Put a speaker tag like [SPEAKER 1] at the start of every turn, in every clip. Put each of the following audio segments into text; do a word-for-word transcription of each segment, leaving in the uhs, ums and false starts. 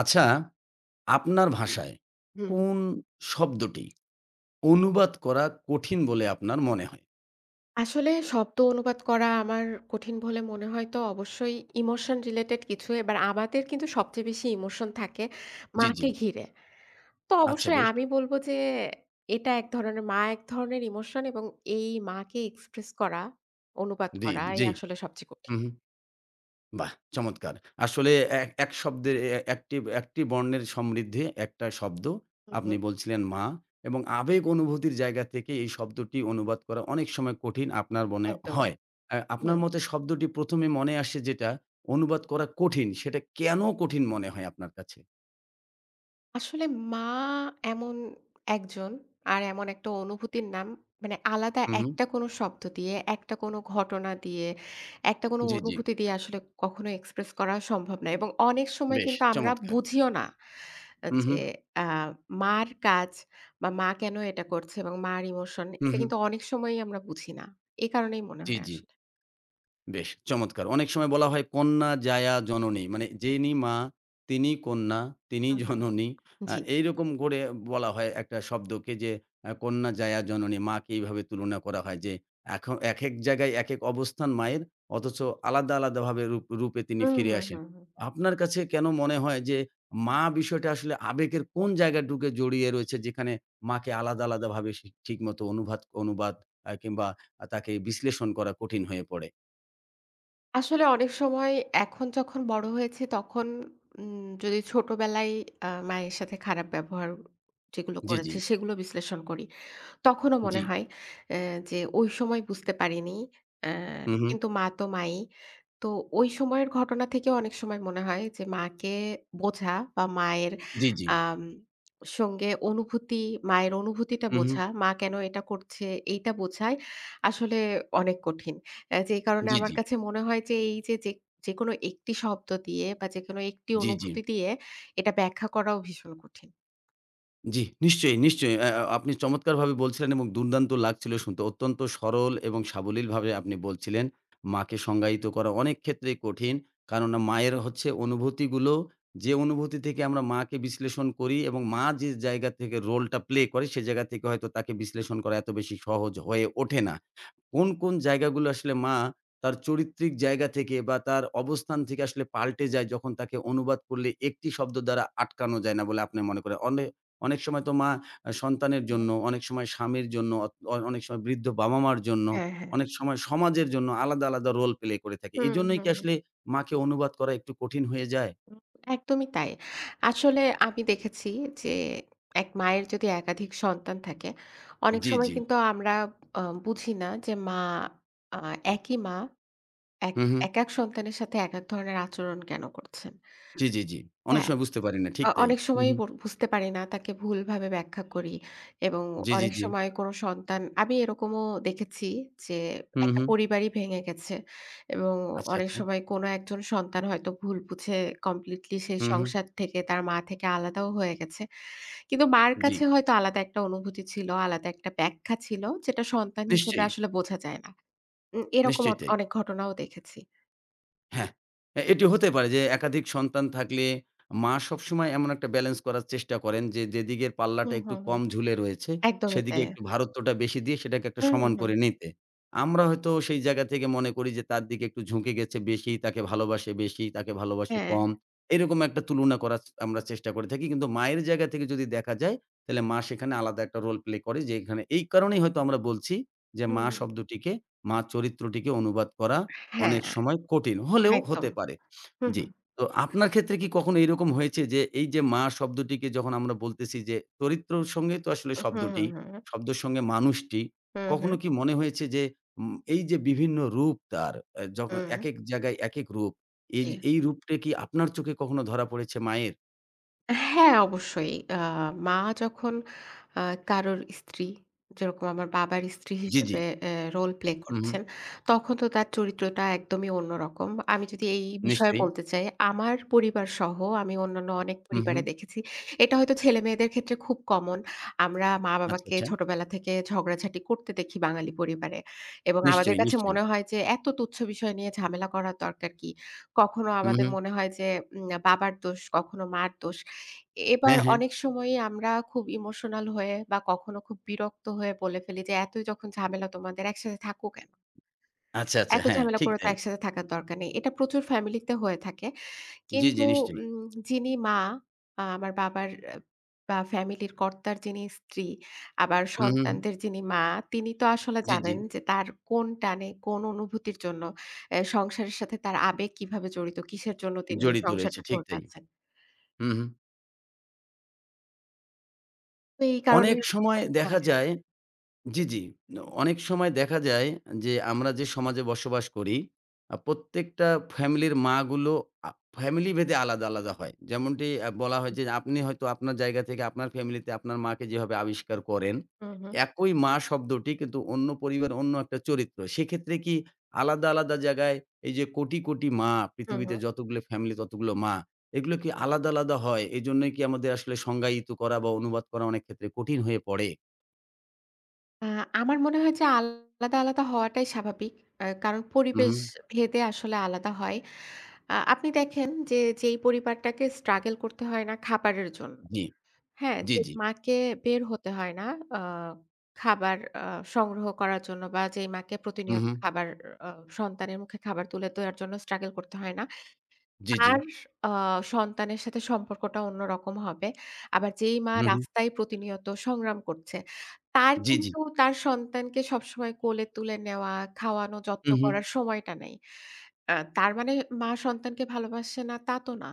[SPEAKER 1] আচ্ছা, আপনার ভাষায়
[SPEAKER 2] হুম।
[SPEAKER 1] কোন শব্দটি অনুবাদ করা কঠিন বলে আপনার মনে হয়?
[SPEAKER 2] আসলে শব্দ অনুবাদ করা আমার কঠিন বলে মনে হয় তো অবশ্যই ইমোশন রিলেটেড কিছু। এবার আমাদের কিন্তু সবচেয়ে বেশি ইমোশন থাকে
[SPEAKER 1] জি, জি।
[SPEAKER 2] মাকে ঘিরে। তো
[SPEAKER 1] আচ্ছা
[SPEAKER 2] অবশ্যই
[SPEAKER 1] বেশ।
[SPEAKER 2] আমি বলব যে এটা এক ধরনের মা এক ধরনের ইমোশন এবং এই মাকে এক্সপ্রেস করা, অনুবাদ
[SPEAKER 1] জি,
[SPEAKER 2] করা এই
[SPEAKER 1] জি।
[SPEAKER 2] আসলে সবচেয়ে
[SPEAKER 1] হু,
[SPEAKER 2] কঠিন।
[SPEAKER 1] হু। বাহ! চমৎকার। আসলে এক এক শব্দের এ এ- একটি একটি বর্ণের সমৃদ্ধি একটা শব্দ।
[SPEAKER 2] হুম,
[SPEAKER 1] আপনি
[SPEAKER 2] হুম।
[SPEAKER 1] বলছিলেন মা এবং আবেগ অনুভূতির জায়গা থেকে এই শব্দটি অনুবাদ করা অনেক সময় কঠিন আপনার মনে
[SPEAKER 2] একদমই।
[SPEAKER 1] হয়। আ আপনার
[SPEAKER 2] হুম।
[SPEAKER 1] মতে শব্দটি প্রথম এ মনে আসে যেটা অনুবাদ করা কঠিন, সেটা কেন কঠিন মনে হয় আপনার কাছে?
[SPEAKER 2] আসলে মা এমন একজন আর এমন একটা অনুভূতির নাম মানে আলাদা
[SPEAKER 1] হু, হু।
[SPEAKER 2] একটা কোনো শব্দ দিয়ে, একটা কোনো ঘটনা দিয়ে, একটা কোনো
[SPEAKER 1] জি, জি।
[SPEAKER 2] অনুভূতি দিয়ে আসলে কখনো এক্সপ্রেস করা সম্ভব না। এবং অনেক সময়
[SPEAKER 1] বেশ
[SPEAKER 2] কিন্তু আমরা
[SPEAKER 1] চমৎকার!
[SPEAKER 2] বুঝিও না
[SPEAKER 1] হু, হু,
[SPEAKER 2] যে আ মার কাজ বা মা কেন এটা করছে এবং মার ইমোশন
[SPEAKER 1] হু,
[SPEAKER 2] এটা
[SPEAKER 1] হু।
[SPEAKER 2] কিন্তু অনেক সময়ই আমরা বুঝি না। এ কারণেই মনে
[SPEAKER 1] জি,
[SPEAKER 2] হয়
[SPEAKER 1] জি।
[SPEAKER 2] আসলে।
[SPEAKER 1] বেশ চমৎকার! অনেক সময় বলা হয় কন্যা জায়া জননী। মানে যিনি মা তিনি কন্যা, তিনি
[SPEAKER 2] হুম, হুম।
[SPEAKER 1] জননী। আ
[SPEAKER 2] জি।
[SPEAKER 1] এইরকম করে বলা হয় একটা শব্দকে যে আ কন্যা জায়া জননী। মাকে এইভাবে তুলনা করা হয় যে এখ একেক জায়গায় একেক অবস্থান মায়ের, অথচ আলাদা, আলাদাভাবে রূপ রূপে তিনি
[SPEAKER 2] হুম,
[SPEAKER 1] ফিরে
[SPEAKER 2] হুম,
[SPEAKER 1] আসেন।
[SPEAKER 2] হুম, হুম।
[SPEAKER 1] আপনার কাছে কেন মনে হয় যে মা বিষয়টা আসলে আবেগের কোন জায়গাটুকে জড়িয়ে রয়েছে যেখানে মাকে আলাদা, আলাদাভাবে সে ঠিকমতো অনুবাদ অনুবাদ আ কিংবা আ তাকে বিশ্লেষণ করা কঠিন হয়ে পড়ে?
[SPEAKER 2] আসলে অনেক সময় এখন যখন বড় হয়েছি তখন উম যদি ছোটবেলায় আ মায়ের সাথে খারাপ ব্যবহার যেগুলো
[SPEAKER 1] জি, জি,
[SPEAKER 2] করেছে সেগুলো বিশ্লেষণ করি। তখনও
[SPEAKER 1] জি।
[SPEAKER 2] মনে হয় অ্যা যে ওই সময় বুঝতে পারিনি। অ্যা
[SPEAKER 1] হু, হু।
[SPEAKER 2] কিন্তু মা তো মাই। তো ওই সময়ের ঘটনা থেকেও অনেক সময় মনে হয় যে মাকে বোঝা বা মায়ের
[SPEAKER 1] জি, জি।
[SPEAKER 2] আম সঙ্গে অনুভূতি, মায়ের অনুভূতিটা
[SPEAKER 1] হু, হু।
[SPEAKER 2] বোঝা, মা কেন এটা করছে এইটা বোঝাই আসলে অনেক কঠিন। অ্যা যেই কারণে
[SPEAKER 1] জি,
[SPEAKER 2] আমার
[SPEAKER 1] জি।
[SPEAKER 2] কাছে মনে হয় যে এই যে, যে যেকোনো একটি শব্দ দিয়ে বা যেকোনো একটি
[SPEAKER 1] জি, জি।
[SPEAKER 2] অনুভূতি দিয়ে এটা ব্যাখ্যা করাও ভীষণ কঠিন।
[SPEAKER 1] জি, নিশ্চয়ই, নিশ্চয়ই। অ্যা আ আপনি চমৎকারভাবে বলছিলেন এবং দুর্দান্ত লাগছিল শুনতে। অত্যন্ত সরল এবং সাবলীলভাবে আপনি বলছিলেন। মাকে সংজ্ঞায়িত করা অনেক ক্ষেত্রেই কঠিন। কারণ মায়ের হচ্ছে অনুভূতিগুলো, যে অনুভূতি থেকে আমরা মাকে বিশ্লেষণ করি এবং মা যে জায়গা থেকে রোলটা প্লে করে সে জায়গা থেকে হয়তো তাকে বিশ্লেষণ করা এত বেশি সহজ হয়ে ওঠে না। কোন, কোন জায়গাগুলো আসলে মা তার চরিত্রিক জায়গা থেকে বা তার অবস্থান থেকে আসলে পাল্টে যায় যখন তাকে অনুবাদ করলে একটি শব্দ দ্বারা আটকানো যায় না বলে আপনি মনে করেন? অনে অনেক সময় তো মা আ সন্তানের
[SPEAKER 2] হ্যাঁ,
[SPEAKER 1] জন্য,
[SPEAKER 2] হ্যাঁ।
[SPEAKER 1] অনেক সময় স্বামীর জন্য, অত অ অনেক সময় বৃদ্ধ বাবা-মার জন্য,
[SPEAKER 2] হ্যাঁ, হ্যাঁ।
[SPEAKER 1] অনেক সময় সমাজের জন্য আলাদা, আলাদা রোল প্লে করে থাকে।
[SPEAKER 2] হুম,
[SPEAKER 1] এজন্যই
[SPEAKER 2] হুম,
[SPEAKER 1] কি
[SPEAKER 2] হুম।
[SPEAKER 1] আসলে মাকে অনুবাদ করা একটু কঠিন হয়ে যায়?
[SPEAKER 2] উম একদমই তাই। আসলে আমি দেখেছি যে এক মায়ের যদি একাধিক সন্তান থাকে, অনেক
[SPEAKER 1] জি,
[SPEAKER 2] সময়
[SPEAKER 1] জি।
[SPEAKER 2] কিন্তু আমরা আ বুঝি না যে মা আ একই মা এক
[SPEAKER 1] হু, হু।
[SPEAKER 2] একেক সন্তানের সাথে একেক ধরনের আচরণ কেন করছেন।
[SPEAKER 1] জি, জি, জি। অনেক
[SPEAKER 2] হ্যাঁ?
[SPEAKER 1] সময় বুঝতে পারি না। ঠিক
[SPEAKER 2] আ
[SPEAKER 1] তাই।
[SPEAKER 2] অনেক
[SPEAKER 1] হু,
[SPEAKER 2] সময়ই
[SPEAKER 1] হু।
[SPEAKER 2] বু বুঝতে পারি না। তাকে ভুলভাবে ব্যাখ্যা করি এবং
[SPEAKER 1] জি, জি,
[SPEAKER 2] অনেক
[SPEAKER 1] জি।
[SPEAKER 2] সময় কোনো সন্তান আমি এরকমও দেখেছি যে
[SPEAKER 1] হু,
[SPEAKER 2] একটা
[SPEAKER 1] হু।
[SPEAKER 2] পরিবারই ভেঙে গেছে এবং
[SPEAKER 1] আচ্ছা,
[SPEAKER 2] অনেক
[SPEAKER 1] আচ্ছা।
[SPEAKER 2] সময় কোনো একজন সন্তান হয়তো ভুল বুঝে কমপ্লিটলি সেই
[SPEAKER 1] হু, হু।
[SPEAKER 2] সংসার থেকে তার মা থেকে আলাদাও হয়ে গেছে। কিন্তু মার
[SPEAKER 1] জি।
[SPEAKER 2] কাছে হয়তো আলাদা একটা অনুভূতি ছিল, আলাদা একটা ব্যাখ্যা ছিল যেটা সন্তান হিসেবে
[SPEAKER 1] নিশ্চয়ই,
[SPEAKER 2] আসলে বোঝা যায় না। উম এরকম অ
[SPEAKER 1] নিশ্চয়ই তাই।
[SPEAKER 2] অনেক ঘটনাও দেখেছি।
[SPEAKER 1] হ্যাঁ, এ এটি হতে পারে যে একাধিক সন্তান থাকলে মা সবসময় এমন একটা ব্যালেন্স করার চেষ্টা করেন যে, যেদিকের পাল্লাটা
[SPEAKER 2] হুম,
[SPEAKER 1] একটু
[SPEAKER 2] হুম, হুম।
[SPEAKER 1] কম ঝুলে রয়েছে,
[SPEAKER 2] একদমই
[SPEAKER 1] সেদিকে
[SPEAKER 2] তাই।
[SPEAKER 1] একটু ভারত্বটা বেশি দিয়ে সেটাকে একটা
[SPEAKER 2] হুম, হুম,
[SPEAKER 1] সমান
[SPEAKER 2] হুম।
[SPEAKER 1] করে নিতে। আমরা হয়তো সেই জায়গা থেকে মনে করি যে তার দিকে একটু ঝুঁকে গেছে বেশি, তাকে ভালোবাসে বেশি, তাকে ভালোবাসে
[SPEAKER 2] হ্যাঁ।
[SPEAKER 1] কম। এরকম একটা তুলনা করার আমরা চেষ্টা করে থাকি। কিন্তু মায়ের জায়গা থেকে যদি দেখা যায়, তাহলে মা সেখানে আলাদা একটা রোল প্লে করে যে এখানে এই কারণেই হয়তো আমরা বলছি যে মা
[SPEAKER 2] হুম।
[SPEAKER 1] শব্দটিকে, মা চরিত্রটিকে অনুবাদ করা
[SPEAKER 2] হ্যাঁ।
[SPEAKER 1] অনেক সময় কঠিন হলেও
[SPEAKER 2] একদম।
[SPEAKER 1] হতে পারে।
[SPEAKER 2] হু,
[SPEAKER 1] জি।
[SPEAKER 2] হু,
[SPEAKER 1] তো আপনার ক্ষেত্রে কি কখনো এরকম হয়েছে যে এই যে মা শব্দটিকে যখন আমরা বলতেছি যে চরিত্রর সঙ্গে তো আসলে
[SPEAKER 2] হু, হু,
[SPEAKER 1] শব্দটি,
[SPEAKER 2] হু,
[SPEAKER 1] শব্দের সঙ্গে মানুষটি।
[SPEAKER 2] হু, হু,
[SPEAKER 1] কখনো কি মনে হয়েছে যে উম এই যে বিভিন্ন রূপ তার আ যখ
[SPEAKER 2] হু,
[SPEAKER 1] একেক জায়গায় একেক রূপ। এই
[SPEAKER 2] জি।
[SPEAKER 1] যে এই রূপটা কি আপনার চোখে কখনো ধরা পড়েছে মায়ের?
[SPEAKER 2] হ্যাঁ, অবশ্যই। আ মা যখন আ কারোর স্ত্রী, যেরকম আমার বাবার স্ত্রী
[SPEAKER 1] জি, জি।
[SPEAKER 2] হিসেবে অ্যা রোল প্লে
[SPEAKER 1] হুম, হুম।
[SPEAKER 2] করছেন, তখন তো তার চরিত্রটা একদমই অন্যরকম। আমি যদি এই বিষয়ে
[SPEAKER 1] নিশ্চয়ই।
[SPEAKER 2] বলতে চাই, আমার পরিবারসহ আমি অন্যান্য অনেক
[SPEAKER 1] হুম,
[SPEAKER 2] পরিবারে
[SPEAKER 1] হুম।
[SPEAKER 2] দেখেছি। এটা হয়তো ছেলেমেয়েদের ক্ষেত্রে খুব কমন। আমরা
[SPEAKER 1] আচ্ছা,
[SPEAKER 2] মা-বাবাকে
[SPEAKER 1] আচ্ছা।
[SPEAKER 2] ছোটবেলা থেকে ঝগড়াঝাটি করতে দেখি বাঙালি পরিবারে। এবং আমাদের
[SPEAKER 1] নিশ্চয়ই,
[SPEAKER 2] কাছে
[SPEAKER 1] নিশ্চয়ই।
[SPEAKER 2] মনে হয় যে এত তুচ্ছ বিষয় নিয়ে ঝামেলা করার দরকার কি? কখনো
[SPEAKER 1] হুম,
[SPEAKER 2] আমাদের
[SPEAKER 1] হুম।
[SPEAKER 2] মনে হয় যে উম বাবার দোষ, কখনো মার দোষ। এবার
[SPEAKER 1] হ্যাঁ, হ্যাঁ।
[SPEAKER 2] অনেক সময়ই আমরা খুব ইমোশনাল হয়ে বা কখনো খুব বিরক্ত হয়ে বলে ফেলি যে, "এতই যখন ঝামেলা তোমাদের একসাথে থাকো কেন?
[SPEAKER 1] আচ্ছা, আচ্ছা।
[SPEAKER 2] এত
[SPEAKER 1] হ্যাঁ,
[SPEAKER 2] ঝামেলা
[SPEAKER 1] ঠিক
[SPEAKER 2] করে তো
[SPEAKER 1] তাই।
[SPEAKER 2] একসাথে থাকার দরকার নেই।" এটা প্রচুর ফ্যামিলিতে হয়ে থাকে।
[SPEAKER 1] জি,
[SPEAKER 2] কিন্তু
[SPEAKER 1] জি, নিশ্চয়ই।
[SPEAKER 2] উম যিনি মা, আ আমার বাবার আ বা ফ্যামিলির কর্তার যিনি স্ত্রী, আবার
[SPEAKER 1] হুম, হুম, হুম।
[SPEAKER 2] সন্তানদের যিনি মা, তিনি তো আসলে
[SPEAKER 1] জি, জি।
[SPEAKER 2] জানেন যে তার কোন টানে, কোন অনুভূতির জন্য এ সংসারের সাথে তার আবেগ কিভাবে জড়িত, কিসের জন্য তিনি
[SPEAKER 1] জড়িত রয়েছে,
[SPEAKER 2] সংসারটা
[SPEAKER 1] ঠিক
[SPEAKER 2] ধরে
[SPEAKER 1] তাই।
[SPEAKER 2] আছেন।
[SPEAKER 1] হু, হু।
[SPEAKER 2] তো এই কারণে
[SPEAKER 1] অনেক সময়
[SPEAKER 2] হ্যাঁ।
[SPEAKER 1] দেখা যায়, জি, জি। অনেক সময় দেখা যায় যে আমরা যে সমাজে বসবাস করি, আ প্রত্যেকটা ফ্যামিলির মাগুলো আ ফ্যামিলি ভেদে আলাদা, আলাদা হয়। যেমনটি আ বলা হয় যে আপনি হয়তো আপনার জায়গা থেকে আপনার ফ্যামিলিতে আপনার মাকে যেভাবে আবিষ্কার করেন,
[SPEAKER 2] হুম, হুম।
[SPEAKER 1] একই মা শব্দটি কিন্তু অন্য পরিবার অন্য একটা চরিত্র। সেক্ষেত্রে কি আলাদা, আলাদা জায়গায় এই যে কোটি, কোটি মা,
[SPEAKER 2] হুম,
[SPEAKER 1] পৃথিবীতে
[SPEAKER 2] হুম।
[SPEAKER 1] যতগুলো ফ্যামিলি ততগুলো মা, এগুলো কি আলাদা, আলাদা হয়? এজন্যই কি আমাদের আসলে সংজ্ঞায়িত করা বা অনুবাদ করা অনেক ক্ষেত্রে কঠিন হয়ে পড়ে?
[SPEAKER 2] আ আমার মনে হয় যে আলাদা, আলাদা হওয়াটাই স্বাভাবিক। আ কারণ
[SPEAKER 1] উহু,
[SPEAKER 2] পরিবেশ ভেদে আসলে আলাদা হয়। আ আপনি দেখেন যে, যেই পরিবারটাকে স্ট্রাগল করতে হয় না খাবারের জন্য,
[SPEAKER 1] জি।
[SPEAKER 2] হ্যাঁ?
[SPEAKER 1] জি,
[SPEAKER 2] যে
[SPEAKER 1] জি।
[SPEAKER 2] মাকে বের হতে হয় না আ খাবার আ সংগ্রহ করার জন্য বা যেই মাকে
[SPEAKER 1] হু,
[SPEAKER 2] প্রতিনিয়ত
[SPEAKER 1] হু।
[SPEAKER 2] খাবার আ সন্তানের মুখে খাবার তুলে দেওয়ার জন্য স্ট্রাগল করতে হয় না।
[SPEAKER 1] জি, জি।
[SPEAKER 2] তার আ সন্তানের সাথে সম্পর্কটা অন্যরকম হবে। আবার যেই মা
[SPEAKER 1] হু, হু।
[SPEAKER 2] রাস্তায় প্রতিনিয়ত সংগ্রাম করছে, তার
[SPEAKER 1] জি, জি।
[SPEAKER 2] কিন্তু তার সন্তানকে সবসময় কোলে তুলে নেওয়া, খাওয়ানো, যত্ন
[SPEAKER 1] হু, হু।
[SPEAKER 2] করার সময়টা নেই। আ তার মানে মা সন্তানকে ভালোবাসে না তা তো না।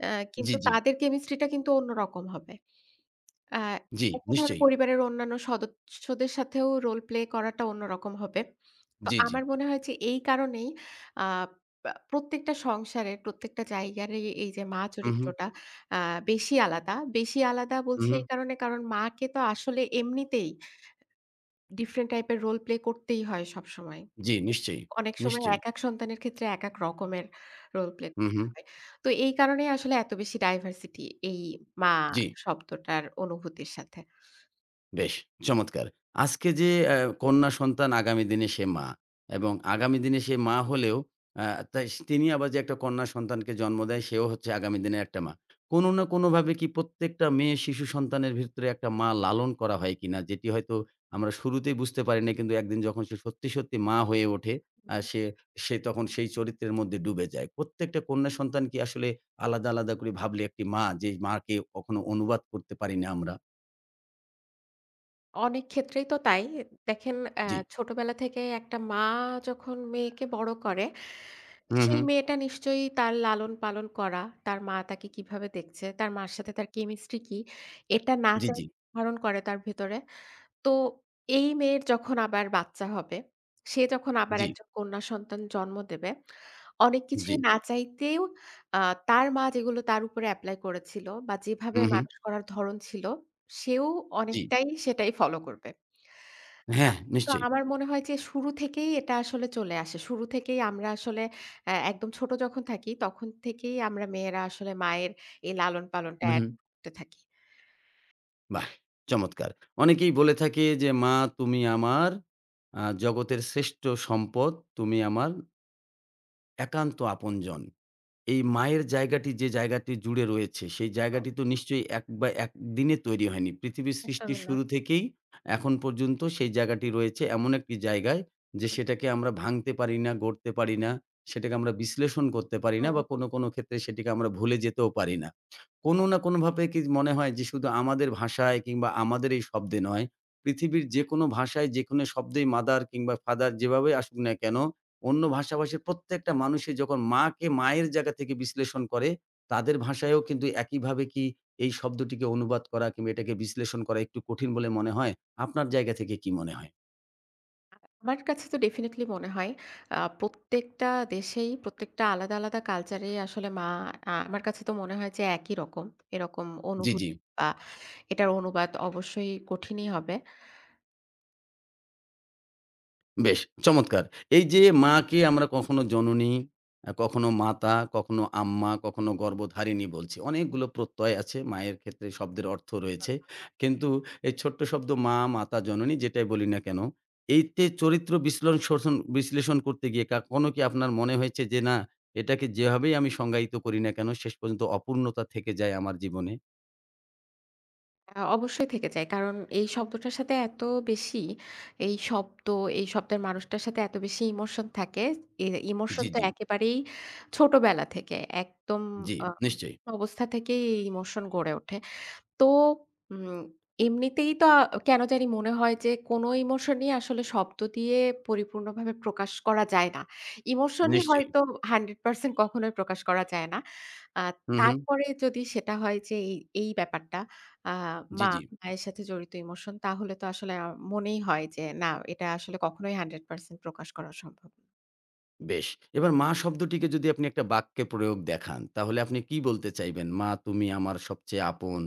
[SPEAKER 2] অ্যা
[SPEAKER 1] জি,
[SPEAKER 2] কিন্তু
[SPEAKER 1] জি।
[SPEAKER 2] তাদের কেমিস্ট্রিটা কিন্তু অন্যরকম হবে। আ
[SPEAKER 1] জি,
[SPEAKER 2] একইভাবে
[SPEAKER 1] নিশ্চয়ই।
[SPEAKER 2] পরিবারের অন্যান্য সদস্যদের সাথেও রোল প্লে করাটা অন্যরকম হবে। তো
[SPEAKER 1] জি, জি।
[SPEAKER 2] আমার মনে হয় যে এই কারণেই আ পা প্রত্যেকটা সংসারের প্রত্যেকটা জায়গারই এই যে মা
[SPEAKER 1] হু, হু।
[SPEAKER 2] চরিত্রটা আ বেশি আলাদা। বেশি আলাদা
[SPEAKER 1] হু,
[SPEAKER 2] বলছি
[SPEAKER 1] হু।
[SPEAKER 2] এই কারণে কারণ মাকে তো আসলে এমনিতেই ডিফারেন্ট টাইপের রোল প্লে করতেই হয় সবসময়।
[SPEAKER 1] জি, নিশ্চয়ই।
[SPEAKER 2] অনেক সময়
[SPEAKER 1] নিশ্চয়ই।
[SPEAKER 2] একেক সন্তানের ক্ষেত্রে একেক রকমের রোল প্লে
[SPEAKER 1] হু,
[SPEAKER 2] করতে
[SPEAKER 1] হু।
[SPEAKER 2] হয়। তো এই কারণেই আসলে এত বেশি ডাইভার্সিটি এই মা
[SPEAKER 1] জি।
[SPEAKER 2] শব্দটার অনুভূতির সাথে।
[SPEAKER 1] বেশ চমৎকার! আজকে যে অ্যা কন্যা সন্তান আগামী দিনে সে মা এবং আগামী দিনে সে মা হলেও আ তাই সে- তিনি আবার যে একটা কন্যা সন্তানকে জন্ম দেয় সেও হচ্ছে আগামী দিনের একটা মা। কোনো না কোনোভাবে কি প্রত্যেকটা মেয়ে শিশু সন্তানের ভিতরে একটা মা লালন করা হয় কিনা? যেটি হয়তো আমরা শুরুতেই বুঝতে পারি না কিন্তু একদিন যখন সে সত্যি, সত্যি মা হয়ে ওঠে আ সে সে তখন সেই চরিত্রের মধ্যে ডুবে যায়। প্রত্যেকটা কন্যা সন্তান কি আসলে আলাদা, আলাদা করে ভাবলে একটি মা, যে মাকে কখনো অনুবাদ করতে পারি না আমরা?
[SPEAKER 2] অনেক ক্ষেত্রেই তো তাই। দেখেন অ্যা
[SPEAKER 1] জি।
[SPEAKER 2] ছোটবেলা থেকে একটা মা যখন মেয়েকে বড় করে,
[SPEAKER 1] হু, হু।
[SPEAKER 2] সেই মেয়েটা নিশ্চয়ই তার লালন-পালন করা, তার মা তাকে কিভাবে দেখছে, তার মার সাথে তার কেমিস্ট্রি কি, এটা না
[SPEAKER 1] জি,
[SPEAKER 2] চাই
[SPEAKER 1] জি,
[SPEAKER 2] ধারণ করে তার ভেতরে। তো এই মেয়ের যখন আবার বাচ্চা হবে, সে যখন আবার
[SPEAKER 1] জি,
[SPEAKER 2] একজন কন্যা সন্তান জন্ম দেবে, অনেক
[SPEAKER 1] জি,
[SPEAKER 2] কিছুই না চাইতেও আ তার মা যেগুলো তার উপরে এপ্লাই করেছিল বা যেভাবে
[SPEAKER 1] হু, হু,
[SPEAKER 2] মানুষ করার ধরন ছিল, সেও
[SPEAKER 1] জি।
[SPEAKER 2] অনেকটাই সেটাই ফলো করবে। আ
[SPEAKER 1] হ্যাঁ,
[SPEAKER 2] তো
[SPEAKER 1] নিশ্চয়ই।
[SPEAKER 2] আমার মনে হয় যে শুরু থেকেই এটা আসলে চলে আসে। শুরু থেকেই আমরা আসলে অ্যা একদম ছোট যখন থাকি, তখন থেকেই আমরা মেয়েরা আসলে মায়ের এই লালন-পালনটা
[SPEAKER 1] হু, হু,
[SPEAKER 2] অ্যাড করতে থাকি।
[SPEAKER 1] বাহ! চমৎকার। অনেকেই বলে থাকে যে, "মা তুমি আমার আ জগতের শ্রেষ্ঠ সম্পদ, তুমি আমার একান্ত আপনজন।" এই মায়ের জায়গাটি যে জায়গাটি জুড়ে রয়েছে, সেই
[SPEAKER 2] ও
[SPEAKER 1] জায়গাটি তো নিশ্চয়ই এক বা একদিনে তৈরি হয়নি। পৃথিবীর সৃষ্টির
[SPEAKER 2] একদমই না।
[SPEAKER 1] শুরু থেকেই এখন পর্যন্ত সেই জায়গাটি রয়েছে এমন একটি জায়গায় যে
[SPEAKER 2] হুম,
[SPEAKER 1] সেটাকে আমরা ভাঙতে পারি না, গড়তে পারি না, সেটাকে আমরা বিশ্লেষণ করতে পারি না
[SPEAKER 2] হুম।
[SPEAKER 1] বা কোনো, কোনো ক্ষেত্রে সেটিকে আমরা ভুলে যেতেও পারি না। কোনো না কোনোভাবে কি মনে হয় যে শুধু আমাদের ভাষায় কিংবা আমাদের এই শব্দে নয়, পৃথিবীর যেকোনো ভাষায় যেকোনো শব্দেই মাদার কিংবা ফাদার যেভাবেই আসুক না কেন, অন্য ভাষাভাষীর প্রত্যেকটা মানুষই যখন মাকে মায়ের জায়গা থেকে বিশ্লেষণ করে, তাদের ভাষায়ও কিন্তু একইভাবে কি এই শব্দটিকে অনুবাদ করা কিংবা এটাকে বিশ্লেষণ করা একটু কঠিন বলে মনে হয়? আপনার জায়গা থেকে কি মনে হয়?
[SPEAKER 2] আমার কাছে তো ডেফিনিটলি মনে হয় আ প্রত্যেকটা দেশেই প্রত্যেকটা আলাদা, আলাদা কালচারেই আসলে মা আ আমার কাছে তো মনে হয় যে একই রকম। এরকম
[SPEAKER 1] জি, জি।
[SPEAKER 2] অনুভূতি বা এটার অনুবাদ অবশ্যই কঠিনই হবে।
[SPEAKER 1] বেশ চমৎকার! এই যে মাকে আমরা কখনো জননী, আ কখনো মাতা, কখনো আম্মা, কখনো গর্ভধারিণী বলছি। অনেকগুলো প্রত্যয় আছে। মায়ের ক্ষেত্রে শব্দের অর্থ রয়েছে। কিন্তু এই ছোট্ট শব্দ মা, মাতা, জননী যেটাই বলি না কেন, এইতে চরিত্র বিশ্লন শোষণ বিশ্লেষণ করতে গিয়ে কখনো কি আপনার মনে হয়েছে যে না, এটাকে যেভাবেই আমি সংজ্ঞায়িত করি না কেন শেষ পর্যন্ত অপূর্ণতা থেকে যায় আমার জীবনে?
[SPEAKER 2] আ অবশ্যই থেকে যায়। কারণ এই শব্দটার সাথে এত বেশি এই শব্দ, এই শব্দের মানুষটার সাথে এত বেশি ইমোশন থাকে। এ ইমোশন
[SPEAKER 1] জি,
[SPEAKER 2] তো
[SPEAKER 1] জি,
[SPEAKER 2] একেবারেই ছোটবেলা থেকে একদম
[SPEAKER 1] জি,
[SPEAKER 2] আ
[SPEAKER 1] নিশ্চয়ই,
[SPEAKER 2] অবস্থা থেকেই এই ইমোশন গড়ে ওঠে। তো উম এমনিতেই তো আ কেন জানি মনে হয় যে কোনো ইমোশনই আসলে শব্দ দিয়ে পরিপূর্ণভাবে প্রকাশ করা যায় না। ইমোশনই
[SPEAKER 1] নিশ্চয়ই।
[SPEAKER 2] হয়তো একশ পার্সেন্ট কখনোই প্রকাশ করা যায় না। আ
[SPEAKER 1] হু, হু।
[SPEAKER 2] তারপরে যদি সেটা হয় যে এই, এই ব্যাপারটা আ
[SPEAKER 1] জি,
[SPEAKER 2] মা,
[SPEAKER 1] জি।
[SPEAKER 2] মায়ের সাথে জড়িত ইমোশন তাহলে তো আসলে আ মনেই হয় যে না এটা আসলে কখনোই একশ পার্সেন্ট প্রকাশ করা সম্ভব না।
[SPEAKER 1] বেশ। এবার মা শব্দটিকে যদি আপনি একটা বাক্যে প্রয়োগ দেখান, তাহলে আপনি কি বলতে চাইবেন? মা তুমি আমার সবচেয়ে আপন,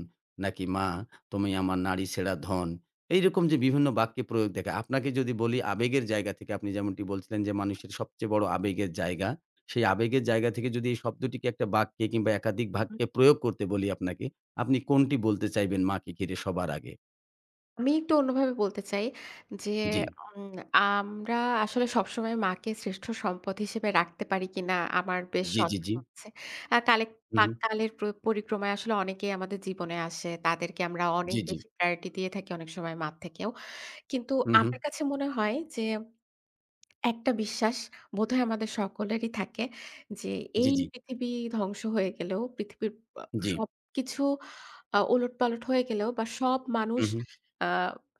[SPEAKER 1] নাকি মা তুমি আমার নারী সেরা ধন? এইরকম যে বিভিন্ন বাক্যে প্রয়োগ দেখা। আপনাকে যদি বলি আবেগের জায়গা থেকে আপনি যেমনটি বলছিলেন যে মানুষের সবচেয়ে বড় আবেগের জায়গা। সেই আবেগের জায়গা থেকে যদি এই শব্দটিকে একটা বাক্যে কিংবা একাধিক বাক্যে প্রয়োগ করতে বলি আপনাকে, আপনি কোনটি বলতে চাইবেন মাকে ঘিরে সবার আগে?
[SPEAKER 2] আমি একটু অন্যভাবে বলতে চাই যে,
[SPEAKER 1] জি,
[SPEAKER 2] উম আমরা আসলে সবসময় মাকে শ্রেষ্ঠ সম্পদ হিসেবে রাখতে পারি কিনা আমার বেশ
[SPEAKER 1] জি, জি, জি।
[SPEAKER 2] সন্দেহ আছে। আ কালে
[SPEAKER 1] হু,
[SPEAKER 2] পা
[SPEAKER 1] হু।
[SPEAKER 2] কালের প্র পরিক্রমায় আসলে অনেকেই আমাদের জীবনে আসে। তাদেরকে আমরা অনেক
[SPEAKER 1] জি, জি।
[SPEAKER 2] বেশি প্রায়োরিটি দিয়ে থাকি অনেক সময় মার থেকেও। কিন্তু
[SPEAKER 1] হু, হু।
[SPEAKER 2] আমার কাছে মনে হয় যে, একটা বিশ্বাস বোধহয় আমাদের সকলেরই থাকে যে,
[SPEAKER 1] জি,
[SPEAKER 2] এই
[SPEAKER 1] জি।
[SPEAKER 2] পৃথিবী ধ্বংস হয়ে গেলেও পৃথিবীর আ
[SPEAKER 1] জি।
[SPEAKER 2] সবকিছু আ ওলটপালট হয়ে গেলেও বা সব
[SPEAKER 1] হু,
[SPEAKER 2] মানুষ
[SPEAKER 1] হু।
[SPEAKER 2] আ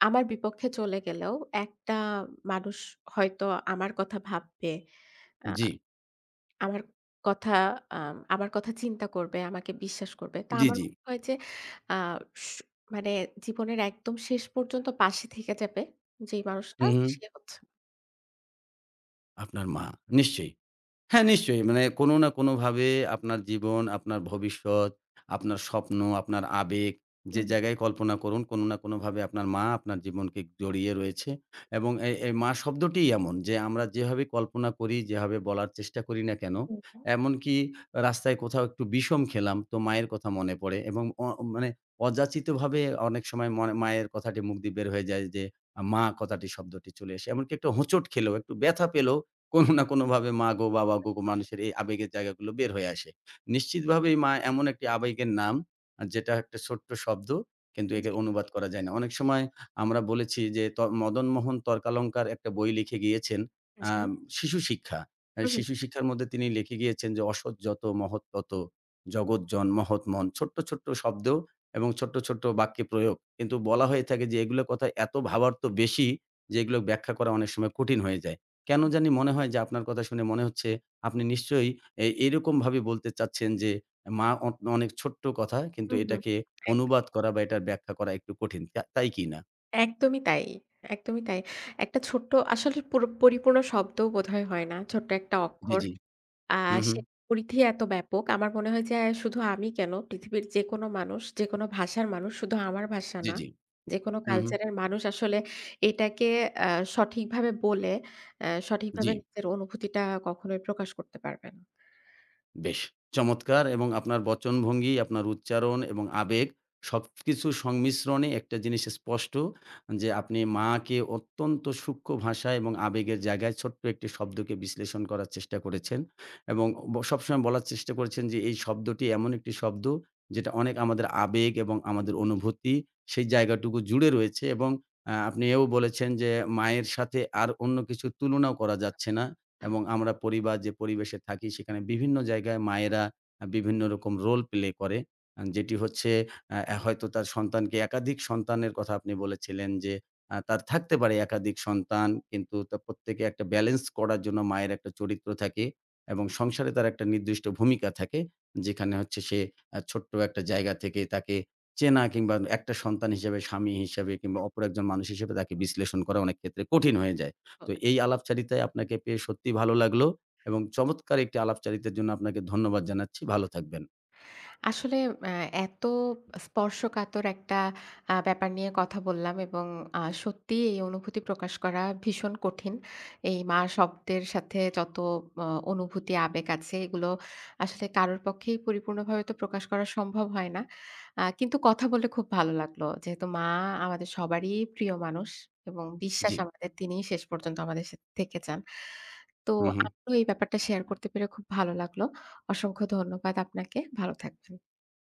[SPEAKER 2] আমার বিপক্ষে চলে গেলেও একটা মানুষ হয়তো আমার কথা ভাববে। আ
[SPEAKER 1] জি।
[SPEAKER 2] আমার কথা আ আমার কথা চিন্তা করবে, আমাকে বিশ্বাস করবে। তা
[SPEAKER 1] জি,
[SPEAKER 2] আমার
[SPEAKER 1] জি।
[SPEAKER 2] মনে হয় যে আ স মানে জীবনের একদম শেষ পর্যন্ত পাশে থেকে যাবে যেই
[SPEAKER 1] হু,
[SPEAKER 2] মানুষটা
[SPEAKER 1] হু।
[SPEAKER 2] সে হচ্ছে
[SPEAKER 1] আপনার মা। নিশ্চয়ই। হ্যাঁ, নিশ্চয়ই। মানে কোনো না কোনোভাবে আপনার জীবন, আপনার ভবিষ্যৎ, আপনার স্বপ্ন, আপনার আবেগ যে
[SPEAKER 2] হুম,
[SPEAKER 1] জায়গায় কল্পনা করুন, কোনো না কোনোভাবে আপনার মা আপনার জীবনকে জড়িয়ে রয়েছে এবং এই, এই মা শব্দটিই এমন যে আমরা যেভাবে কল্পনা করি, যেভাবে বলার চেষ্টা করি না কেন,
[SPEAKER 2] হুম, হুম,
[SPEAKER 1] এমনকি রাস্তায় কোথাও একটু বিষম খেলাম তো মায়ের কথা মনে পড়ে এবং অ মানে অযাচিতভাবে অনেক সময় মনে মায়ের কথাটি মুখ দিয়ে বের হয়ে যায় যে, আ মা কথাটি শব্দটি চলে আসে। এমনকি একটা হোঁচট খেলেও, একটু ব্যথা পেলেও কোনো না কোনোভাবে মা গো, বাবা গো, মানুষের এই আবেগের জায়গাগুলো বের হয়ে আসে। নিশ্চিতভাবেই মা এমন একটি আবেগের নাম, আ যেটা একটা ছোট্ট শব্দ কিন্তু একে
[SPEAKER 2] জি,
[SPEAKER 1] অনুবাদ করা যায় না। অনেক সময় আমরা বলেছি যে ত মদনমোহন তর্কালঙ্কার একটা বই লিখে গিয়েছেন,
[SPEAKER 2] জি।
[SPEAKER 1] আম শিশু শিক্ষা। আ
[SPEAKER 2] হুম, হুম,
[SPEAKER 1] শিশু শিক্ষার মধ্যে তিনি লিখে গিয়েছেন যে "অসৎ যত মহৎ তত, জগৎ জন মহৎ মন।" ছোট্ট, ছোট্ট শব্দ এবং ছোট্ট, ছোট্ট বাক্যে প্রয়োগ। কিন্তু বলা হয়ে থাকে যে এগুলোর কথা এত ভাবার্থ বেশি যে এগুলো ব্যাখ্যা করা অনেক সময় কঠিন হয়ে যায়। কেন
[SPEAKER 2] হুম,
[SPEAKER 1] জানি মনে হয় যে আপনার কথা শুনে মনে হচ্ছে আপনি নিশ্চয়ই এ এরকমভাবে বলতে চাচ্ছেন যে মা অ অনেক ছোট্ট কথা কিন্তু
[SPEAKER 2] হুম, হুম।
[SPEAKER 1] এটাকে
[SPEAKER 2] এক
[SPEAKER 1] অনুবাদ করা বা এটার ব্যাখ্যা করা একটু কঠিন। তা তাই কি না?
[SPEAKER 2] একদমই তাই, একদমই তাই। একটা ছোট্ট আসলে পুরো পরিপূর্ণ শব্দও বোধহয় হয় না। ছোট্ট একটা
[SPEAKER 1] জি,
[SPEAKER 2] অক্ষর।
[SPEAKER 1] জি।
[SPEAKER 2] আ
[SPEAKER 1] হু, হু।
[SPEAKER 2] সে পরিধি এত ব্যাপক। আমার মনে হয় যে শুধু আমি কেন পৃথিবীর যেকোনো মানুষ, যেকোনো ভাষার মানুষ শুধু আমার ভাষা
[SPEAKER 1] জি,
[SPEAKER 2] না।
[SPEAKER 1] জি।
[SPEAKER 2] যেকোনো
[SPEAKER 1] হু, হু।
[SPEAKER 2] কালচারের মানুষ আসলে এটাকে আ সঠিকভাবে বলে, আ
[SPEAKER 1] জি।
[SPEAKER 2] সঠিকভাবে নিজের অনুভূতিটা কখনোই প্রকাশ করতে পারবে না।
[SPEAKER 1] বেশ চমৎকার! এবং আপনার বচনভঙ্গি, আপনার উচ্চারণ এবং আবেগ সবকিছুর সংমিশ্রণে একটা জিনিস স্পষ্ট যে আপনি মা'কে অত্যন্ত সূক্ষ্ম ভাষা এবং আবেগের জায়গায় ছোট্ট একটি শব্দকে বিশ্লেষণ করার চেষ্টা করেছেন এবং ব সবসময় বলার চেষ্টা করেছেন যে এই শব্দটি এমন একটি শব্দ যেটা অনেক আমাদের আবেগ এবং আমাদের অনুভূতি, সেই জায়গাটুকু জুড়ে রয়েছে এবং আ আপনি এও বলেছেন যে মায়ের সাথে আর অন্য কিছুর তুলনাও করা যাচ্ছে না। এবং আমরা পরিবার যে পরিবেশে থাকি সেখানে বিভিন্ন জায়গায় মায়েরা আ বিভিন্ন রকম রোল প্লে করে। আ যেটি হচ্ছে আ হয়তো তার সন্তানকে, একাধিক সন্তানের কথা আপনি বলেছিলেন যে আ তার থাকতে পারে একাধিক সন্তান কিন্তু তা প্রত্যেকে একটা ব্যালেন্স করার জন্য মায়ের একটা চরিত্র থাকে এবং সংসারে তার একটা নির্দিষ্ট ভূমিকা থাকে। যেখানে হচ্ছে সে আ ছোট্ট একটা জায়গা থেকে তাকে চেনা কিংবা একটা সন্তান হিসেবে, স্বামী হিসেবে কিংবা অপর একজন মানুষ হিসেবে তাকে বিশ্লেষণ করা অনেক ক্ষেত্রে কঠিন হয়ে যায়।
[SPEAKER 2] তো
[SPEAKER 1] তো এই আলাপচারিতায় আপনাকে পেয়ে সত্যিই ভালো লাগলো এবং চমৎকার একটি আলাপচারিতার জন্য আপনাকে ধন্যবাদ জানাচ্ছি। ভালো থাকবেন।
[SPEAKER 2] আসলে আ এত স্পর্শকাতর একটা আ ব্যাপার নিয়ে কথা বললাম এবং আ সত্যিই এই অনুভূতি প্রকাশ করা ভীষণ কঠিন। এই মা শব্দের সাথে যত অ অনুভূতি, আবেগ আছে এগুলো আসলে কারোর পক্ষেই পরিপূর্ণভাবে তো প্রকাশ করা সম্ভব হয় না। আ কিন্তু কথা বলে খুব ভালো লাগলো। যেহেতু মা আমাদের সবারই প্রিয় মানুষ এবং বিশ্বাস
[SPEAKER 1] জি।
[SPEAKER 2] আমাদের তিনিই শেষ পর্যন্ত আমাদের সাথে থেকে যান। তো
[SPEAKER 1] হুম, হুম।
[SPEAKER 2] আপনিও এই ব্যাপারটা শেয়ার করতে পেরে খুব ভালো লাগলো। অসংখ্য ধন্যবাদ আপনাকে। ভালো থাকবেন।